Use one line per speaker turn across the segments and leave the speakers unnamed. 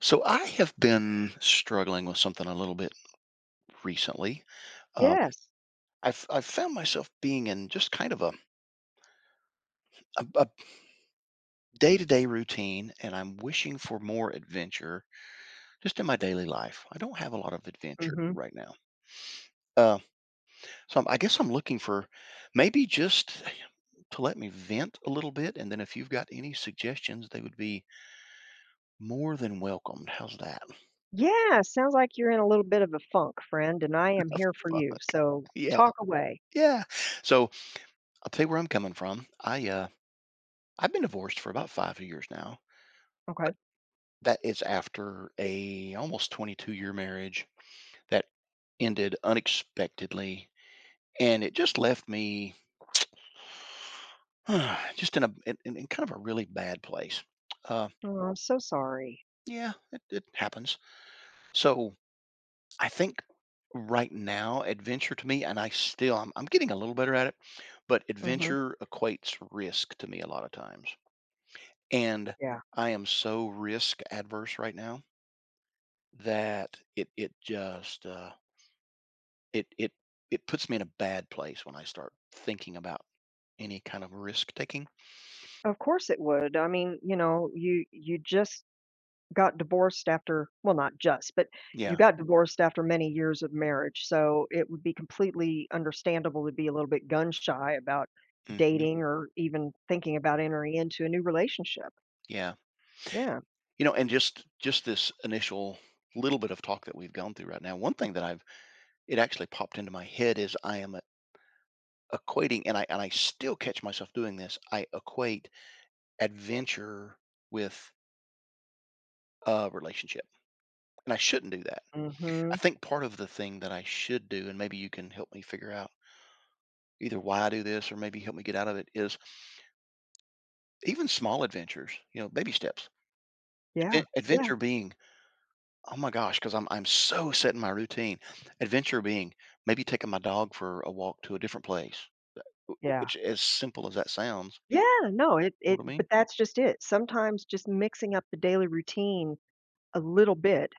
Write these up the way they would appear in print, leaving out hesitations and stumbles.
So I have been struggling with something a little bit recently. Um,
Yes.
I've found myself being in just kind of a day-to-day routine, and I'm wishing for more adventure just in my daily life. I don't have a lot of adventure
Mhm.
right now. Uh, so I guess I'm looking for maybe just to let me vent a little bit, and then if you've got any suggestions, they would be more than welcomed. How's that?
Yeah, sounds like you're in a little bit of a funk, friend, and I am here for you,
Fuck.
so
Yeah,
talk away.
yeah. So I'll tell you where I'm coming from. I I've been divorced for about 5 years now,
Okay.
but that is after a almost 22-year marriage that ended unexpectedly, and it just left me just in a in in kind of a really bad place. Uh,
Oh, I'm so sorry.
yeah, it happens. So, I think right now, adventure to me, and I'm getting a little better at it, but
Mhm.
adventure equates risk to me a lot of times, and
Yeah.
I am so risk adverse right now that it just it it it puts me in a bad place when I start thinking about any kind of risk taking.
Of course it would. I mean, you know, you just got divorced after well, not just, but you
Yeah,
got divorced after many years of marriage, so it would be completely understandable to be a little bit gun shy about
hmm,
dating or even thinking about entering into a new relationship.
yeah,
Yeah.
you know, and just this initial little bit of talk that we've gone through right now. One thing that I've, it actually popped into my head is I am equating, and I still catch myself doing this. I equate adventure with a relationship, and I shouldn't do that. I
Mhm.
think part of the thing that I should do, and maybe you can help me figure out either why I do this or maybe help me get out of it is even small adventures, you know, baby steps.
Yeah. Yeah.
Adventure being, oh my gosh, because I'm so set in my routine. Adventure being maybe taking my dog for a walk to a different place,
Yeah.
which as simple as that sounds,
Yeah, no, it
you know
it
what I
but
mean?
that's just it. Sometimes just mixing up the daily routine a little bit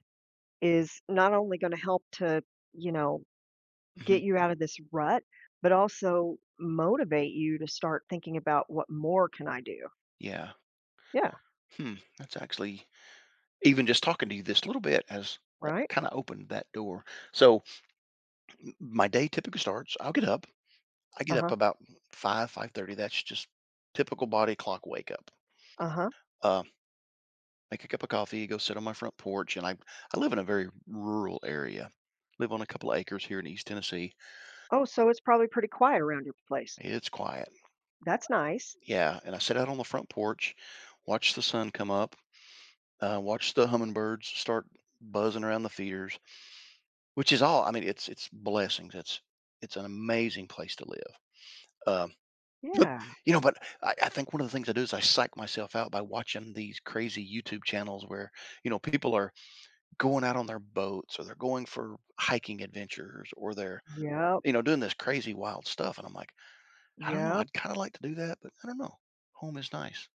is not only gonna help to, you know,
Hmm,
get you out of this rut, but also motivate you to start thinking about what more can I do?
yeah.
Yeah,
Hmm. That's actually even just talking to you this little bit has
right?
kind of opened that door. So my day typically starts. I'll get up. I get up
Uh-huh,
about 5:5:30. That's just typical body clock wake up.
uh-huh.
Uh, make a cup of coffee, go sit on my front porch. And I live in a very rural area, live on a couple of acres here in East Tennessee.
Oh, so it's probably pretty quiet around your place.
It's quiet.
That's nice.
Yeah. And I sit out on the front porch, watch the sun come up, watch the hummingbirds start buzzing around the feeders, which is all, I mean, it's blessings. It's an amazing place to live. Um, but,
Yeah.
you know, but I think one of the things I do is I psych myself out by watching these crazy YouTube channels where, you know, people are going out on their boats or they're going for hiking adventures or they're,
Yep,
you know, doing this crazy wild stuff, and I'm like, I don't know,
yep.
I'd kind of like to do that, but I don't know, home is nice.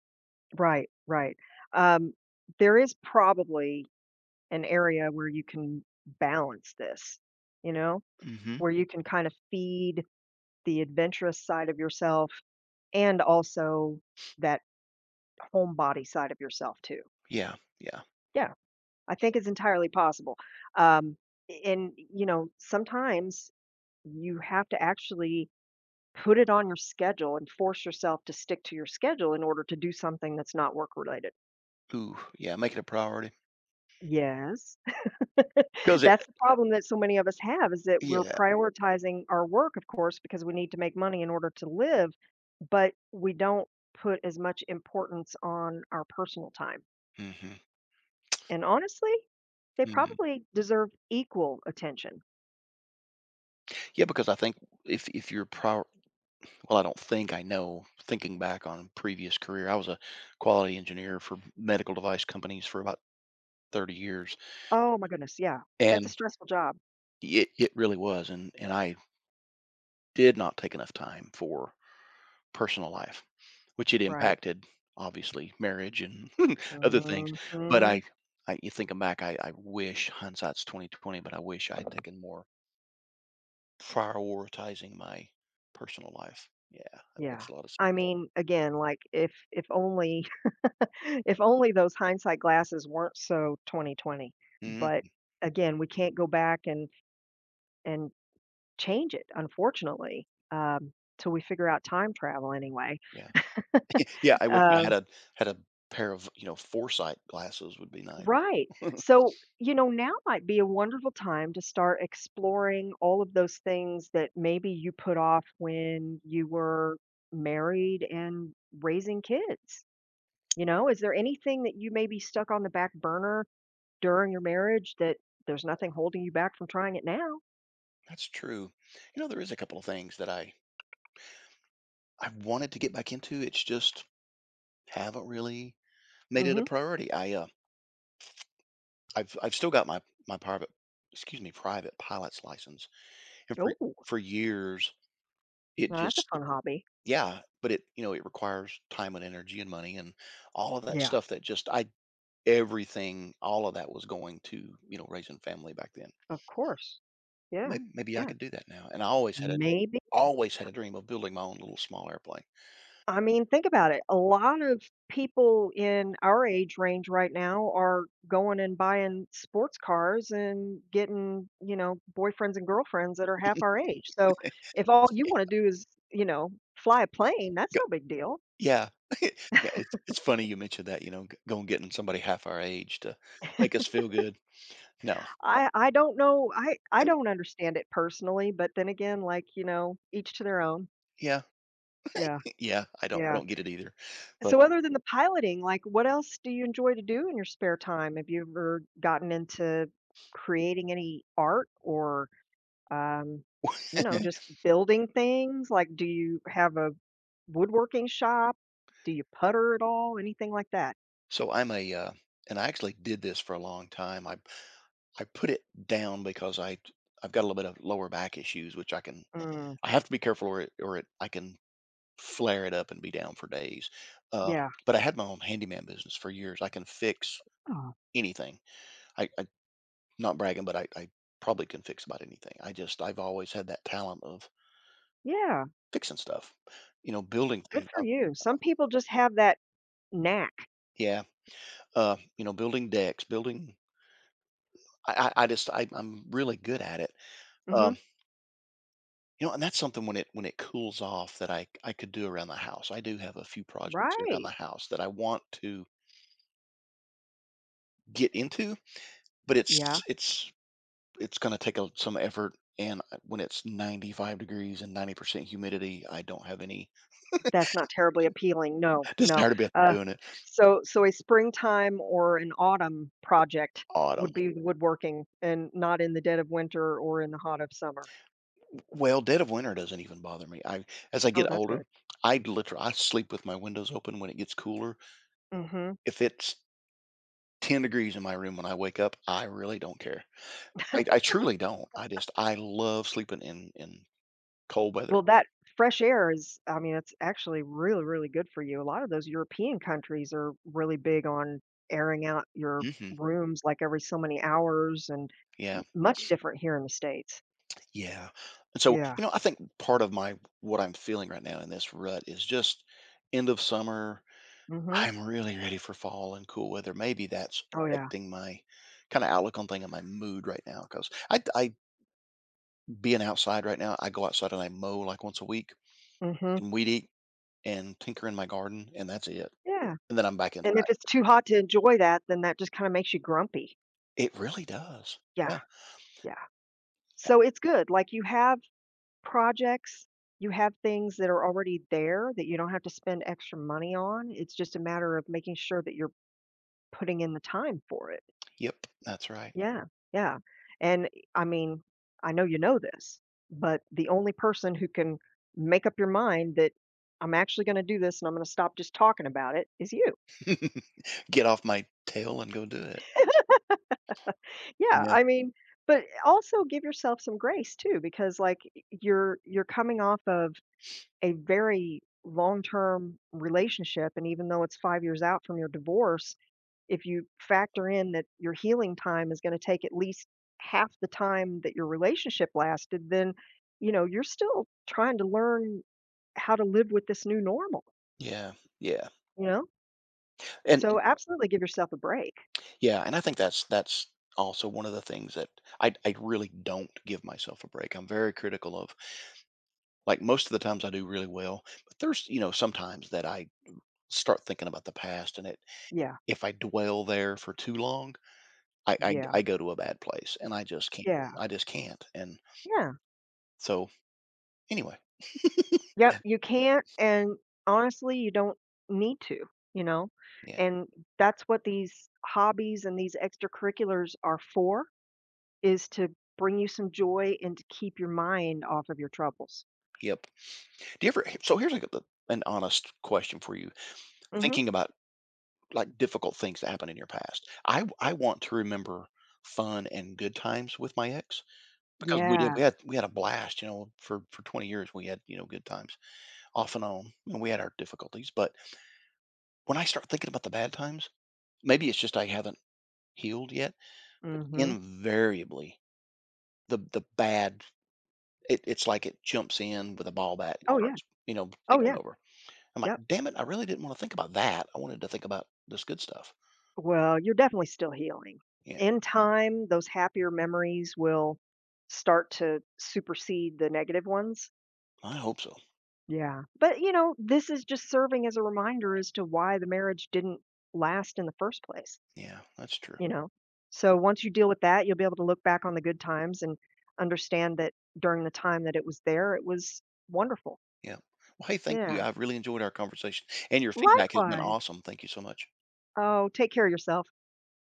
Right, right. Um, there is probably an area where you can balance this, you know,
Hmm.
where you can kind of feed the adventurous side of yourself and also that homebody side of yourself too.
Yeah, yeah.
Yeah, I think it's entirely possible. Um, and you know, sometimes you have to actually put it on your schedule and force yourself to stick to your schedule in order to do something that's not work related.
Ooh yeah, make it a priority.
Yes.
Because it,
That's the problem that so many of us have is that we're
yeah.
prioritizing our work, of course, because we need to make money in order to live, but we don't put as much importance on our personal time.
Hmm.
And honestly, they
Hmm,
probably deserve equal attention.
yeah, because I think if you're prior well, I don't think I know, thinking back on previous career, I was a quality engineer for medical device companies for about 30 years.
Oh my goodness, yeah. That's a
And
stressful job,
it really was. And I did not take enough time for personal life, which it
right?
impacted obviously marriage and other things. But
Mhm.
I you thinking back, I wish hindsight's 2020, but I wish I had taken more prioritizing my personal life. Yeah, that
Yeah.
makes a lot of sense.
I mean, again, like if only if only those hindsight glasses weren't so 2020. But
Mhm.
again, we can't go back and change it, unfortunately, till we figure out time travel anyway.
Yeah, yeah. I
Yep.
wish I had a pair of, you know, foresight glasses would be nice.
Right. So, you know, now might be a wonderful time to start exploring all of those things that maybe you put off when you were married and raising kids. You know, is there anything that you maybe stuck on the back burner during your marriage that there's nothing holding you back from trying it now?
That's true. You know, there is a couple of things that I wanted to get back into. It's just haven't really made it a
Mm-hmm.
priority. I've still got my private, excuse me, private pilot's license, and for
Oh, well,
for years, it
that's a
just,
fun hobby.
yeah, but it, you know, it requires time and energy and money and all of that
Yeah,
stuff that just I everything, all of that was going to, you know, raising family back then.
of course. Yeah.
Maybe I
Yeah.
could do that now, and I
Maybe.
always had a dream of building my own little small airplane.
I mean, think about it. A lot of people in our age range right now are going and buying sports cars and getting, you know, boyfriends and girlfriends that are half our age. So if all you want to do is, you know, fly a plane, that's
Go,
no big deal.
yeah, yeah, it's funny you mentioned that, you know, g go getting somebody half our age to make us feel good. No.
I don't know. I
And
don't understand it personally, but then again, like, you know, each to their own.
yeah.
Yeah.
Yeah, I
Yeah.
don't get it either. But
So other than the piloting, like, what else do you enjoy to do in your spare time? Have you ever gotten into creating any art or, um, you know, just building things? Like, do you have a woodworking shop? Do you putter at all? Anything like that?
so I'm a and I actually did this for a long time. I put it down because I've got a little bit of lower back issues, which
Mm,
I have to be careful or it I can flare it up and be down for days. Uh,
yeah.
but I had my own handyman business for years. I can fix
Oh,
anything. I not bragging, but I probably can fix about anything. I've always had that talent of
yeah.
fixing stuff, you know, building
Good
things
for
up.
you. Some people just have that knack.
Yeah, you know, building decks, building I'm really good at it.
Mhm.
Um, you know, and that's something when it cools off that I could do around the house. I do have a few projects around
Right.
the house that I want to get into, but
Yeah.
it's it's going to take some effort. When it's 95 degrees and 90% humidity, I don't have any
That's not terribly appealing, no, no,
desire to be up
uh,
there doing it.
so so a springtime or an autumn project
Autumn,
would be woodworking and not in the dead of winter or in the hot of summer.
well, dead of winter doesn't even bother me. I as I
Oh,
get
that's good.
older, I literally I sleep with my windows open when it gets cooler.
Mhm.
If it's 10 degrees in my room when I wake up, I really don't care. I truly don't. I love sleeping in cold weather.
Well, that fresh air is I mean, it's actually really, really good for you. A lot of those European countries are really big on airing out your
Mhm.
rooms, like, every so many hours and
Yeah.
much different here in the States.
Yeah. And so,
Yeah.
you know, I think part of my what I'm feeling right now in this rut is just end of summer.
Mhm.
I'm really ready for fall and cool weather. Maybe that's
Oh, yeah.
affecting my kind of outlook on thing and my mood right now. Because I being outside right now, I go outside and I mow like once a week
Mhm.
and weed eat and tinker in my garden, and that's it.
Yeah.
And then I'm back inside.
And if it's too hot to enjoy that, then that just kinda makes you grumpy.
It really does.
Yeah,
Yeah.
yeah. So it's good, like, you have projects, you have things that are already there that you don't have to spend extra money on, it's just a matter of making sure that you're putting in the time for it.
Yep. That's right.
Yeah, yeah. And, I mean, I know you know this, but the only person who can make up your mind that, "I'm actually gonna do this and I'm gonna stop just talking about it is you.
Get off my tail and go do it.
Yeah,
Yeah.
I mean, but also give yourself some grace too, because like you're coming off of a very long-term relationship, and even though it's 5 years out from your divorce, if you factor in that your healing time is going to take at least half the time that your relationship lasted, then you know you're still trying to learn how to live with this new normal.
Yeah. Yeah.
You know,
And
so absolutely give yourself a break.
yeah, and I think that's also one of the things that I really don't give myself a break. I'm very critical of, like, most of the times I do really well, but there's, you know, sometimes that I start thinking about the past, and it,
Yeah,
if I dwell there for too long,
yeah,
I go to a bad place and
yeah,
I just can't. And
yeah.
so anyway,
Yep,
yeah.
you can't, and honestly, you don't need to, you know,
Yeah.
and that's what these hobbies and these extracurriculars are for, is to bring you some joy and to keep your mind off of your troubles.
Yep. Do you ever, so here's like an honest question for you.
Mhm.
Thinking about like difficult things that happened in your past. I want to remember fun and good times with my ex because
Yeah.
we had a blast, you know, for 20 years we had, you know, good times off and on, and we had our difficulties, but when I start thinking about the bad times, maybe it's just I haven't healed yet, but
Mhm.
invariably the bad, it's like it jumps in with a ball bat and
Oh, yeah.
starts, you know,
Oh,
taking
yeah.
over. I'm like,
Yep.
damn it, I really didn't want to think about that. I wanted to think about this good stuff.
Well, you're definitely still healing.
Yeah,
In time, those happier memories will start to supersede the negative ones.
I hope so.
Yeah, but, you know, this is just serving as a reminder as to why the marriage didn't last in the first place,
Yeah, that's true.
you know? So once you deal with that, you'll be able to look back on the good times and understand that during the time that it was there, it was wonderful.
Yeah. Well, hey, thank
Yeah.
you. I've really enjoyed our conversation, and your feedback has been
Likewise.
awesome. Thank you so much.
Oh, take care of yourself.